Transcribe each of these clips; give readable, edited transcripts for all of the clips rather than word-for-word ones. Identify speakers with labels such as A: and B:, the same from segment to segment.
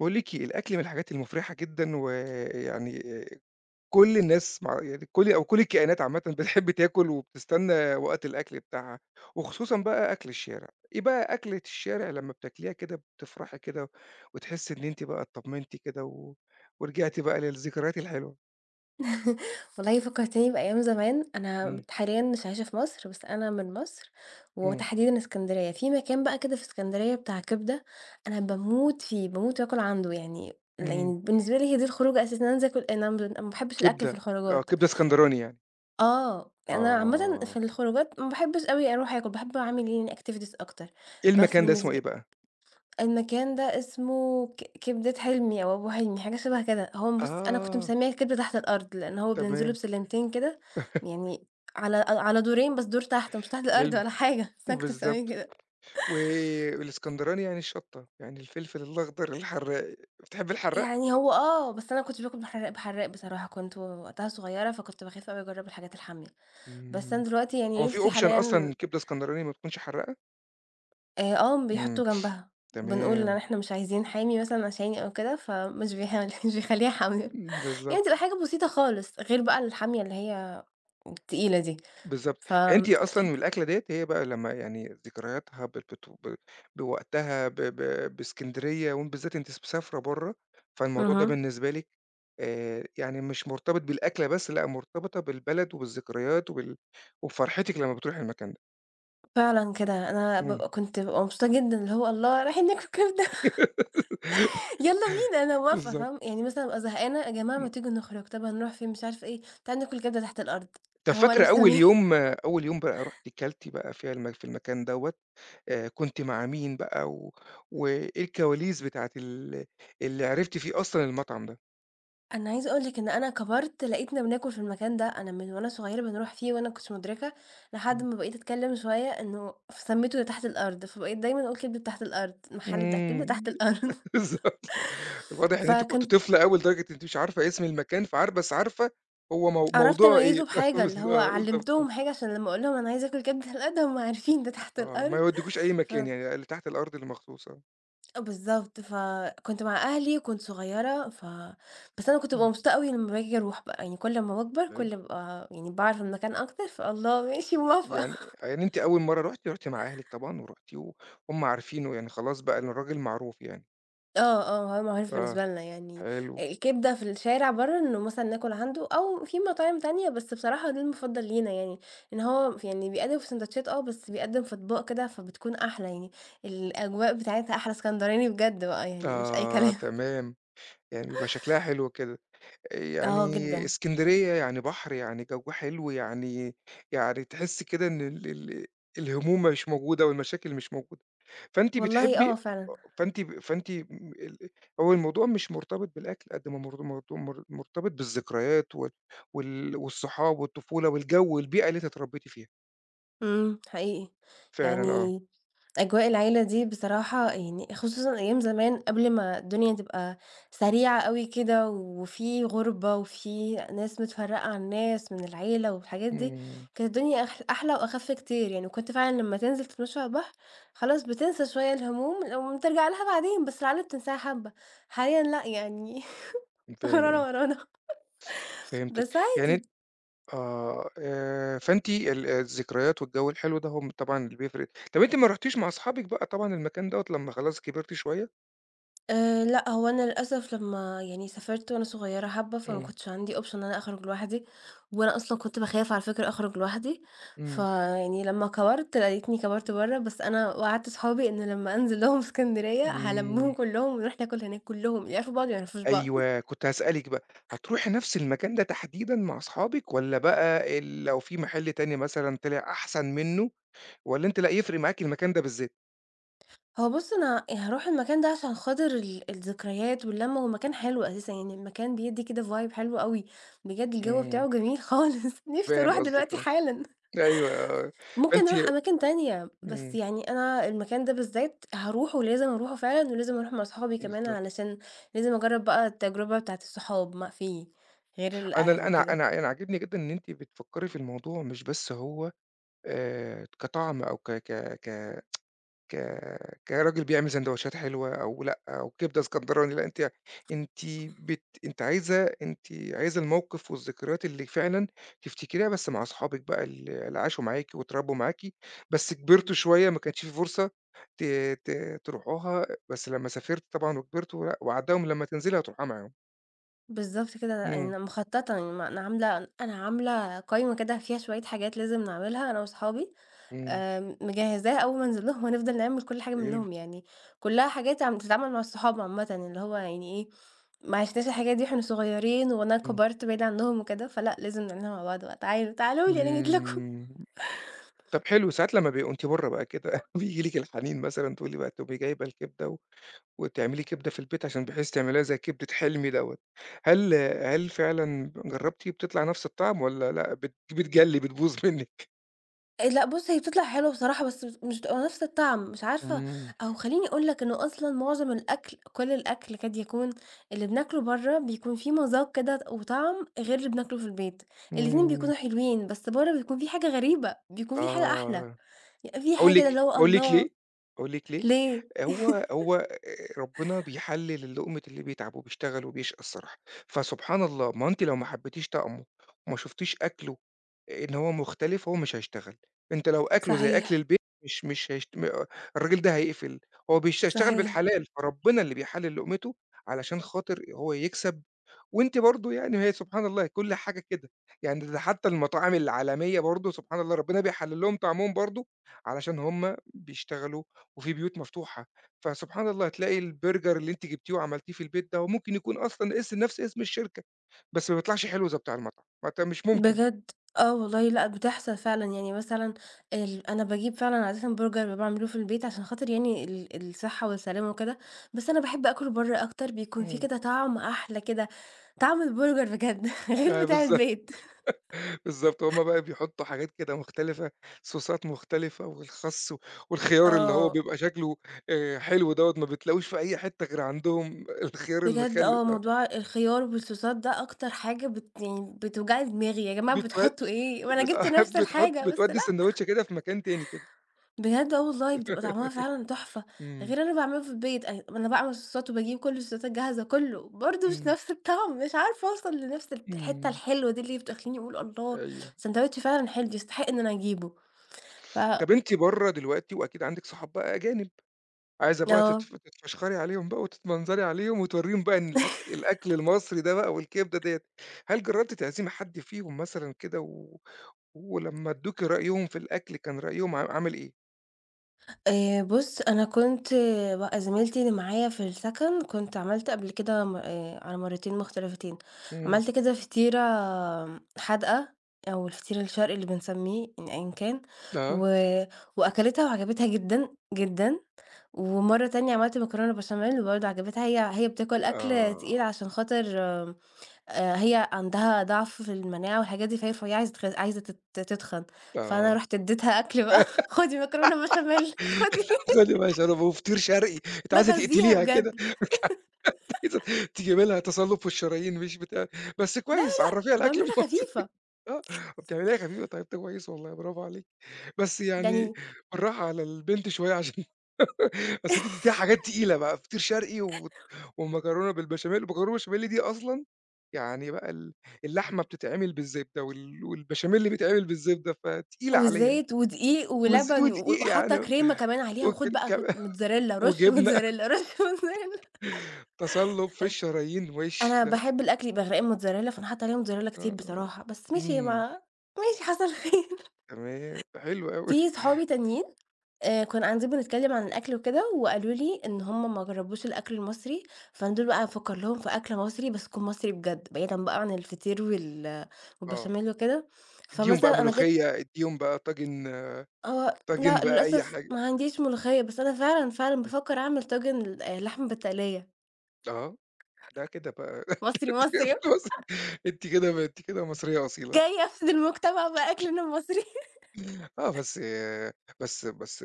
A: باقول لِك إيه، الأكل من الحاجات المفرحة جدًا، ويعني كل الناس مع يعني كل الكائنات عامةً بتحب تاكل وبتستنى وقت الأكل بتاعها، وخصوصًا بقى أكل الشارع. إيه بقى أكلة الشارع لمّا بتاكليها كده بتفرحي كده، وتحسي إن أنتِ بقى اتطمنتِ كده و ورجعتِ بقى للذكريات الحلوة؟
B: والله فكّرتيني بأيام زمان، أنا
A: إمم،
B: حاليًا مش عايشة في مصر، بس أنا من مصر
A: إمم،
B: وتحديدًا إسكندرية، في مكان بقى كده في إسكندرية بتاع كبدة، أنا باموت فيه، باموت وآكل عنده يعني
A: إمم،
B: يعني بالنسبة لي هي دي الخروجة أساسًا، إن أنا أنزل آكل أنا ما باحبش الأكل في
A: كبدة، آه،
B: الخروجات
A: كبدة اسكندراني يعني.
B: آه، أنا عامةً
A: آه.
B: في الخروجات ما باحبش أوي أروح آكل، باحب أعمل يعني activities أكتر،
A: إيه
B: بس
A: المكان ده اسمه
B: بالنسب
A: إيه بقى؟
B: المكان ده اسمه كبدة حلمي أو أبو حلمي، حاجة شبه كده. هو بُص، أنا كنت
A: آه،
B: مسميّة الكبدة تحت الأرض، لإن هو بننزله
A: تمام،
B: بسلِّمتين كده، يعني على دورين، بس دور تحت، مش تحت الأرض
A: حلو،
B: ولا حاجة، بس أنا كنت مسميّاه
A: بالضبط.
B: كده.
A: والإسكندراني يعني الشطة، يعني الفلفل الأخضر الحراق، بتحب الحراق؟
B: يعني هو آه، بس أنا ما كنتش باكل بحراق بصراحة، كنت وقتها صغيرة، فكنت باخاف أوي أجرّب الحاجات الحامية. بس أنا
A: إمم،
B: دلوقتي
A: هو
B: يعني
A: في
B: نِفْسي
A: option
B: حاليًا
A: أصلًا كبدة إسكندراني ما بتكونش حراقة؟
B: آه،
A: إمم،
B: بيحطّوا جنبها، بنقول إن
A: تمام،
B: إحنا مش عايزين حامي مثلًا عشاني أو كده، فمش بيح مش بيخلّيها حامية.
A: بالضبط.
B: يعني بتبقى حاجة بسيطة خالص، غير بقى الحامية اللي هي التقيلة دي.
A: بالضبط،
B: ف
A: يعني أنتِ أصلًا من الأكلة ديّة هي بقى لمّا يعني ذكرياتها ب بت ب بوقتها ب ب بإسكندرية بالذات أنتِ مسافرة برّه، فالموضوع ده
B: اهم.
A: بالنسبة لِك يعني مش مرتبط بالأكلة بس، لأ مرتبطة بالبلد وبالذكريات وبفرحتِك لمّا بتروحي المكان ده،
B: فعلًا كده أنا
A: إمم،
B: بابقى كنت بابقى مبسوطة جدًا، اللي هو الله رايحين ناكل كبدة يالّا بينا أنا موافقة
A: بالضبط.
B: فاهم، يعني مثلًا أبقى زهقانة يا جماعة ما تيجوا نخرج، طب هنروح فين مش عارفة إيه، تعالوا ناكل كبدة تحت الأرض،
A: طب
B: هو أنا
A: فاكرة
B: مسمياها
A: أول يوم بقى رُحتِ كلتِ بقى فيها في المكان دوّة، كنتِ مع مين بقى و وإيه الكواليس بتاعة اللي عرفتِ فيه أصلًا المطعم ده؟
B: أنا عايزة أقول لِك إن أنا كبرت لقيتنا بناكل في المكان ده، أنا من وأنا صغيرة بنروح فيه وأنا ما كنتش مدركة، لحد
A: إمم.
B: ما بقيت أتكلم شوية إنه فسميته تحت الأرض، فبقيت دايمًا أقول كبدة تحت الأرض، المحل بتاع الكبدة تحت
A: إمم.
B: الأرض
A: بالضبط. الواضح إن أنتِ كنتِ
B: فكان
A: طفلة أوي لدرجة أنتِ مش عارفة اسم المكان بس عارفة هو
B: عرفت
A: موضوعه إيه.
B: أميّزه بحاجة، اللي هو
A: آه بالضبط.
B: علّمتهم حاجة عشان لمّا أقول لهم أنا عايزة آكل كبدة لأ ده هُم عارفين ده تحت
A: آه. ما
B: الأرض
A: يودّيكوش أي
B: ف
A: مكان يعني اللي تحت الأرض اللي مخصوص آه.
B: آه بالضبط، فكنت مع أهلي وكنت صغيرة بس أنا كنت
A: إمم.
B: بابقى مبسوطة أوي لمّا باجي أروح بقى، يعني كل ما باكبر
A: حلو.
B: كل ما بابقى يعني باعرف المكان أكتر فالله ماشي موافقة.
A: يعني يعني أنتِ أول مرّة رُحتِ مع أهلِك طبعًا ورُحتِ وهُم عارفين ويعني خلاص بقى إن الراجل معروف يعني.
B: آه، آه، هو معروف
A: آه،
B: بالنسبة لنا يعني
A: حلو.
B: الكبدة في الشارع برّه إنه مثلًا ناكل عنده أو في مطاعم تانية، بس بصراحة ده المفضل لينا يعني، إن هو يعني بيقدّم في ساندوتشات آه، بس بيقدّم في أطباق كده فبتكون أحلى يعني، الأجواء بتاعتها أحلى، اسكندراني بجد بقى يعني مش أي
A: آه،
B: كلام.
A: تمام. يعني بيبقى شكلها حلو كده.
B: آه،
A: يعني
B: جدًا،
A: إسكندرية يعني بحر، يعني جو حلو، يعني تحسّي كده إن ال ال الهموم مش موجودة والمشاكل مش موجودة. فأنتِ
B: والله
A: بتحبّي
B: آه فعلًا.
A: أ فأنتِ ب فأنتِ م ال هو الموضوع مش مرتبط بالأكل قد ما الموضوع مرتبط بالذكريات والصحاب والطفولة والجو والبيئة اللي أنتِ اتربّيتِ فيها.
B: إمم، حقيقي.
A: فعلًا آه.
B: يعني أجواء العيلة دي بصراحة يعني خصوصًا أيام زمان قبل ما الدنيا تبقى سريعة أوي كده، وفي غُربة وفي ناس متفرّقة عن ناس من العيلة والحاجات دي،
A: إمم،
B: كانت الدنيا أحلى وأخَف كتير يعني، وكنت فعلًا لمّا تنزل تتمشى على البحر خلاص بتنسى شوية الهموم لو ترجع لها بعدين، بس العادة بتنساها حبّة. حاليًا لأ، يعني
A: فاهم آه،
B: ورانا
A: فهمتِك.
B: بس عادي.
A: يعني آه، فأنتِ الذكريات والجو الحلو ده هو طبعًا اللي بيفرق. طب أنتِ ما رُحتيش مع أصحابِك بقى طبعًا المكان دوّة لمّا خلاص كبرتِ شوية؟
B: لأ، هو أنا للأسف لمّا يعني سافرت وأنا صغيرة حبّة، فما
A: إمم،
B: كنتش عندي option إن أنا أخرج لوحدي، وأنا أصلًا كنت باخاف على فكرة أخرج لوحدي،
A: إمم،
B: فيعني لمّا كبرت لقيتني كبرت برّه، بس أنا وعدت صحابي إن لمّا أنزل لهم اسكندرية
A: إمم،
B: هالمّهم كلّهم ونروح ناكل هناك كلّهم يعرفوا بعض ومايعرفوش بعض.
A: أيوه، كنت هاسألِك بقى، هتروحي نفس المكان ده تحديدًا مع أصحابِك والّا بقى لو في محل تاني مثلًا طلع أحسن منّه والّا أنتِ لأ، يفرق معاكِ المكان ده بالذات؟
B: هو بُص أنا يعني هاروح المكان ده عشان خاطر الذكريات واللمّة، هو مكان حلو أساسًا يعني المكان بيدّي كده vibe حلو أوي، بجد الجو
A: إمم،
B: بتاعه جميل خالص، نفسي
A: فاهم
B: أروح
A: قصدِك
B: دلوقتي
A: آه،
B: حالًا.
A: أيوه آه،
B: ممكن
A: فأنتِ
B: نروح أماكن تانية، بس
A: إمم،
B: يعني أنا المكان ده بالذات هاروحه ولازم أروحه فعلًا، ولازم أروح مع صحابي كمان
A: بالضبط.
B: علشان لازم أجرّب بقى التجربة بتاعة الصحاب ما فيه غير الأهل
A: أنا أنا
B: وكده.
A: أنا أنا عاجبني جدًا إن أنتِ بتفكّري في الموضوع مش بس هو كطعم أو ك ك ك ك كراجل بيعمل سندوتشات حلوة أو لأ، أو كبدة اسكندراني، لأ أنتِ أنتِ عايزة الموقف والذكريات اللي فعلًا تفتكريها بس مع أصحابِك بقى اللي عاشوا معاكِ واتربوا معاكِ، بس كبرتوا شوية ما كانش في فرصة ت ت تروحوها، بس لمّا سافرتوا طبعًا وكبرتوا لأ وعدّاهم لمّا تنزلي هتروحوها معاهم.
B: بالضبط كده،
A: إمم،
B: أنا مخطّطة، يعني ما أنا عاملة أنا عاملة قايمة كده فيها شوية حاجات لازم نعملها أنا وصحابي
A: إمم،
B: مجهّزاه أول ما أنزل لهم هنفضل نعمل كل حاجة
A: حلو،
B: منهم، يعني كلّها حاجات عم بتتعمل مع الصحاب عامةً، اللي هو يعني إيه، ما عشناش الحاجات دي وإحنا صغيّرين وأنا
A: إمم،
B: كبرت بعيد عنهم وكده، فلأ لازم نعملها مع بعض بقى، تعالوا، تعالوا لي أنا جيت لكم.
A: إمم. طب حلو، ساعات لمّا وأنتِ برّه بقى كده بييجي لِك الحنين مثلًا تقولي بقى تقومي جايبة الكبدة و وتعملي كبدة في البيت عشان بحيث تعمليها زي كبدة حلمي دوّة، هل فعلًا جرّبتِ بتطلع نفس الطعم والّا لأ بتجلي بتبوظ منِّك؟
B: لأ بُص هي بتطلع حلوة بصراحة، بس بت مش بتبقى نفس الطعم، مش عارفة
A: إمم،
B: أو خلّيني أقول لك إنه أصلًا معظم الأكل، كل الأكل كاد يكون اللي بناكله برّه بيكون فيه مذاق كده وطعم غير اللي بناكله في البيت، الاتنين
A: إمم،
B: بيكونوا حلوين، بس برّه بيكون في حاجة غريبة، بيكون في حاجة أحلى.
A: آه،
B: في
A: أقول
B: حاجة كده
A: لِك
B: اللي هو
A: أقول لِك
B: الله!
A: ليه، أقول لِك ليه،
B: ليه؟
A: هو ربنا بيحلِّل لقمة اللي بيتعب وبيشتغل وبيشقى الصراحة، فسبحان الله ما أنتِ لو ما حبيتيش طعمه وما شُفتيش أكله إن هو مختلف، هو مش هيشتغل، أنتِ لو أكله زي أكل
B: صحيح،
A: البيت مش هيشت م الراجل ده هيقفل، هو بيشتغل
B: صحيح،
A: بالحلال، فربنا اللي بيحلِّل لقمته علشان خاطر هو يكسب وأنتِ برضه يعني هي سبحان الله كل حاجة كده، يعني ده حتى المطاعم العالمية برضه سبحان الله ربنا بيحلل لهم طعمهم برضه، علشان هم بيشتغلوا وفي بيوت مفتوحة، فسبحان الله تلاقي البرجر اللي أنتِ جبتيه وعملتيه في البيت ده، هو ممكن يكون أصلًا نفس اسم الشركة، بس ما بيطلعش حلو زي بتاع المطعم، ما أنت مش ممكن.
B: بجد، آه والله لأ بتحصل فعلًا، يعني مثلًا أنا باجيب فعلًا عادةً برجر باعمله في البيت عشان خاطر يعني الصحة والسلامة وكده، بس أنا باحب آكله برّه أكتر بيكون في
A: إمم،
B: كده طعم أحلى كده، طعم البرجر بجد غير
A: آه
B: بتاع
A: بالضبط.
B: البيت.
A: بالضبط، هُم بقى بيحطّوا حاجات كده مختلفة، صوصات مختلفة والخس والخيار اللي هو
B: آه،
A: بيبقى شكله حلو دوّة ما بتلاقوش في أي حتّة غير عندهم الخيار
B: بجد
A: المخلِّل
B: آه،
A: ده،
B: موضوع الخيار والصوصات ده أكتر حاجة بت يعني بتوجع لي دماغي، يا جماعة
A: بتود
B: بتحطوا إيه؟ ما أنا
A: بت
B: جبت نفس الحاجة بس
A: بتودّي الساندوتش كده في مكان تاني كده.
B: بجد آه والله، بتبقى طعمها فعلًا تحفة،
A: إمم،
B: غير أنا باعمله في البيت، أي أنا باعمل الصوصات وباجيب كل الصوصات جاهزة كُلّه، برضه مش
A: إمم،
B: نفس الطعم، مش عارفة أوصل لنفس الحتّة
A: إمم،
B: الحلوة دي اللي بتخلّيني أقول الله،
A: أيوه.
B: ساندوتش فعلًا حلو يستحق إن أنا أجيبه، ف
A: طَب أنتِ برّه دلوقتي وأكيد عندِك صحاب بقى أجانب. عايزة بقى
B: آه.
A: تتفشخري عليهم بقى وتتمنظري عليهم وتورّيهم بقى إن الأكل المصري ده بقى والكبدة ديّة. هل جرّبتِ تعزمي حد فيهم مثلًا كده و ولمّا ادّوكِ رأيهم في الأكل كان رأيهم عامل إيه؟
B: بُص، أنا كنت آه، بقى زميلتي اللي معايا في السكن، كنت عملت قبل كده م على مرّتين مختلفتين،
A: إمم.
B: عملت كده فطيرة حادقة أو الفطير الشرقي اللي بنسميه إن أيًا كان، و
A: آه.
B: وأكلتها وعجبتها جدًا، جدًا، ومرّة تانية عملت مكرونة بشاميل وبرضه عجبتها، هي بتاكل أكل
A: آه.
B: تقيل عشان خاطر هي عندها ضعف في المناعة والحاجات دي، فهي رفيعة عايزة تتخن، فأنا
A: آه.
B: رُحت اديتها أكل بقى خدي مكرونة بشاميل، خدي
A: خدي بقى شراب وفطير شرقي، أنتِ عايزة
B: باغذّيها
A: تقتليها كده،
B: بجد،
A: أنتِ عايزة تجيبي لها تصلُّب في الشرايين مش بتاع. بس
B: لا
A: كويس عرّفيها الأكل
B: باعملها
A: المصري
B: خفيفة،
A: آه. بتعمليها خفيفة طيب ده كويس والله برافو عليكِ. بس يعني
B: يعني
A: بالراحة على البنت شوية بس أنتِ اديتيها حاجات تقيلة بقى، فطير شرقي و ومكرونة بالبشاميل، المكرونة بالبشاميل دي أصلًا يعني بقى اللحمة بتتعمل بالزبدة والبشاميل بيتعمل بالزبدة، فتقيلة عليها
B: وزيت ودقيق ولبن
A: ودقيق
B: وحاطة
A: يعني
B: كريمة كمان عليها
A: وك
B: وخُد بقى
A: ك
B: كنت موتزاريلا، رُش
A: وجبنة،
B: موتزاريلا، رُش موتزاريلا.
A: تسلُّق في الشرايين وِش
B: أنا
A: ده.
B: باحب الأكل يبقى غرقان موتزاريلا، فأنا حاطة عليها موتزاريلا كتير
A: آه،
B: بصراحة، بس ماشي
A: إمم،
B: ما ماشي حصل خير.
A: تمام، حلو أوي،
B: في صحابي تانيين كنا قاعدين بنتكلّم عن الأكل وكده وقالوا لي إن هم ما جرّبوش الأكل المصري، فأنا دول بقى هافكّر لهم في أكل مصري بس تكون مصري بجد، بعيدًا بقى عن الفطير
A: آه،
B: والبشاميل وكده،
A: ادّيهم بقى
B: فمثلًا أنا جِت
A: ملوخية، ادّيهم بقى طاجن
B: آه،
A: طاجن
B: لأ،
A: بقى أي
B: للأسف
A: حاجة،
B: ما عنديش ملوخية، بس أنا فعلًا، فعلًا بافكّر أعمل طاجن ل لحمة بالتقلية،
A: آه، ده كده بقى
B: مصري، مصري أهو،
A: أنتِ كده مصرية أصيلة.
B: جاية أفسد المجتمع بأكلنا المصري.
A: آه، بس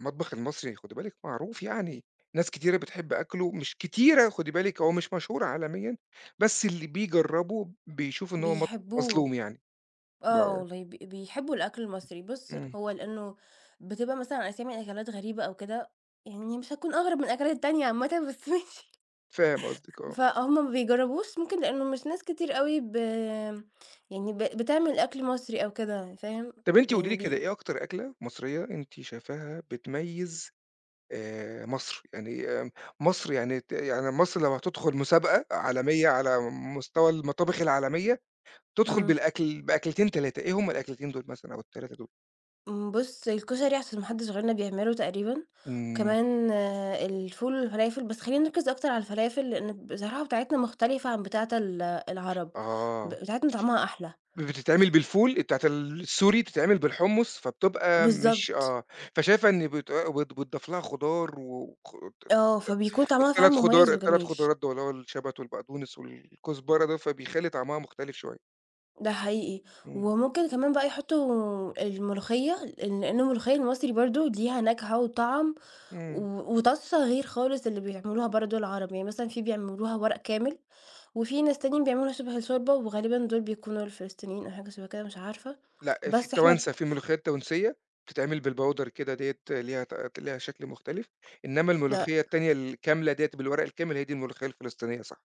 A: المطبخ المصري خُدي بالِك معروف يعني، ناس كتيرة بتحب أكله، مش كتيرة خُدي بالِك، هو مش مشهور عالميًا، بس اللي بيجرّبه بيشوف إن هو
B: بيحبوه،
A: مظلوم يعني، ب
B: آه والله بيحبوا الأكل المصري. بُص،
A: إمم،
B: هو لإنه بتبقى مثلًا أسامي أكلات غريبة أو كده، يعني مش هتكون أغرب من الأكلات التانية عامةً، بس ماشي.
A: فاهم قصدِك آه.
B: فهُم ما بيجرّبوش ممكن لإنه مش ناس كتير أوي ب يعني ب بتعمل أكل مصري أو كده، فاهم؟
A: طَب أنتِ قولي لي
B: يعني
A: كده
B: بي
A: إيه أكتر أكلة مصرية أنتِ شايفاها بتميّز مصر؟ يعني مصر يعني ت يعني مصر لو هتدخل مسابقة عالمية على مستوى المطابخ العالمية، تدخل
B: إمم.
A: بالأكل بأكلتين، 3، إيه هُم الأكلتين دول مثلًا أو ال3 دول؟
B: إمم، بُص الكشري عشان ما حدش غيرنا بيعمله تقريبا،
A: إمم،
B: وكمان الفول والفلافل، بس خلّينا نركز أكتر على الفلافل لإن بصراحة بتاعتنا مختلفة عن بتاعة العرب،
A: آه،
B: بتاعتنا طعمها أحلى.
A: بتتعمل بالفول بتاعة السوري، بتتعمل بالحمص، فبتبقى مش
B: بالضبط،
A: آه، فشايفة إن بت بت بتضاف لها خضار
B: آه، فبيكون طعمها فعلًا مميز
A: ال3
B: وجميل،
A: خضارات دول اللي هو الشبت والبقدونس والكزبرة ده، فبيخلّي طعمها مختلف شوية،
B: ده حقيقي.
A: إمم،
B: وممكن كمان بقى يحطوا الملوخية، لإن الملوخية المصري برضه ليها نكهة وطعم و
A: إمم،
B: وطاسة غير خالص اللي بيعملوها برضه العرب، يعني مثلًا في بيعملوها ورق كامل وفي ناس تانيين بيعملوا شبه الشوربة، وغالبًا دول بيكونوا الفلسطينيين أو حاجة شبه كده مش عارفة،
A: لأ في
B: بس إحنا
A: التوانسة، في ملوخية التونسية بتتعمل بالبودر كده ديّة ليها شكل مختلف، إنما
B: بن
A: الملوخية التانية الكاملة ديّة بالورق الكامل هي دي الملوخية الفلسطينية صح،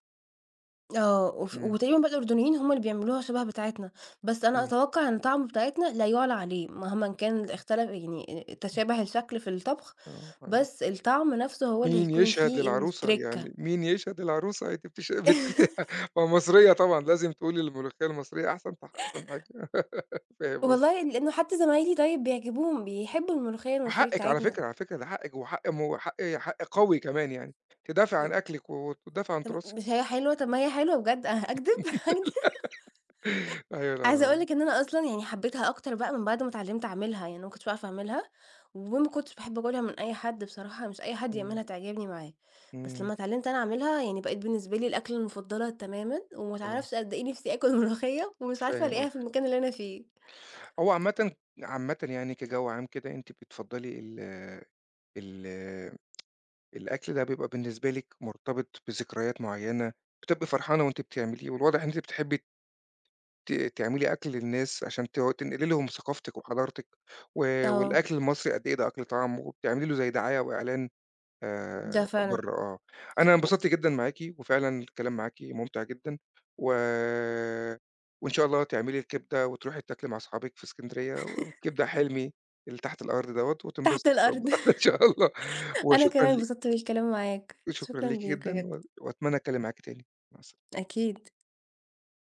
B: آه،
A: إمم،
B: وتقريبًا بقى الأردنيين هم اللي بيعملوها شبه بتاعتنا، بس أنا
A: إمم،
B: أتوقع إن طعم بتاعتنا لا يُعلى عليه مهما كان اختلف يعني
A: إمم،
B: تشابه الشكل في الطبخ،
A: آه، أيوه.
B: بس الطعم نفسه هو اللي
A: مين
B: هيكون
A: يشهد
B: فيه
A: للعروسة،
B: الترِكّة.
A: يعني مين يشهد للعروسة أنتِ ما مصرية طبعًا لازم تقولي الملوخية المصرية أحسن أحسن حاجة، فاهم قصدك.
B: والله لإنه حتى زمايلي طيب بيعجبوهم، بيحبوا الملوخية المصرية
A: وحقِك على
B: بتاعتنا.
A: فكرة، على فكرة ده حقِك وحق م حق حق قوي كمان يعني، تدافعي
B: م
A: عن أكلِك وتدافعي عن
B: طب
A: تراثِك.
B: مش هي حلوة؟ طب ما هي حلوة بجد أكدب؟ أكدب؟
A: أيوه
B: عايزة أقول لِك إن أنا أصلًا يعني حبيتها أكتر بقى من بعد ما اتعلمت أعملها، يعني أنا ما كنتش باعرف أعملها، وما كنتش باحب آكلها من أي حد بصراحة، مش أي حد
A: إمم،
B: يعملها تعجبني معاه، بس
A: إمم،
B: لمّا اتعلمت أنا أعملها يعني بقِت بالنسبة لي الأكلة المفضلة تمامًا، وما
A: آه،
B: تعرفش قد إيه نفسي آكل ملوخية ومش عارفة
A: فاهم
B: ألاقيها في
A: قصدك.
B: المكان اللي أنا فيه.
A: هو عامةً يعني كجو عام كده أنتِ بتفضّلي ال ال الأكل ده بيبقى بالنسبة لِك مرتبط بذكريات معيّنة، بتبقي فرحانة وأنتِ بتعمليه والواضح إن أنتِ بتحبّي تعملي أكل للناس عشان تنقلي لهم ثقافتِك وحضارتِك، و
B: آه،
A: والأكل المصري قد إيه ده أكل طعام، وبتعملي له زي دعاية وإعلان
B: ده فعلًا،
A: برّه آه. أنا
B: و
A: انبسطت جدًا معاكِ، وفعلًا الكلام معاكِ ممتع جدًا، و وإن شاء الله تعملي الكبدة وتروحي تاكلي مع أصحابِك في إسكندرية، والكبدة حلمي اللي تحت الأرض دوّة،
B: تحت
A: وتنبسطي إن شاء الله
B: الأرض.
A: إن شاء الله.
B: أنا
A: وشكرًا
B: كمان
A: لي
B: اتبسطت بالكلام معاك،
A: شكرًا
B: شكرًا
A: ليكِ
B: ليك
A: جدًا، و
B: بجد.
A: وأتمنى أتكلم معاكِ تاني. مع السلا
B: أكيد.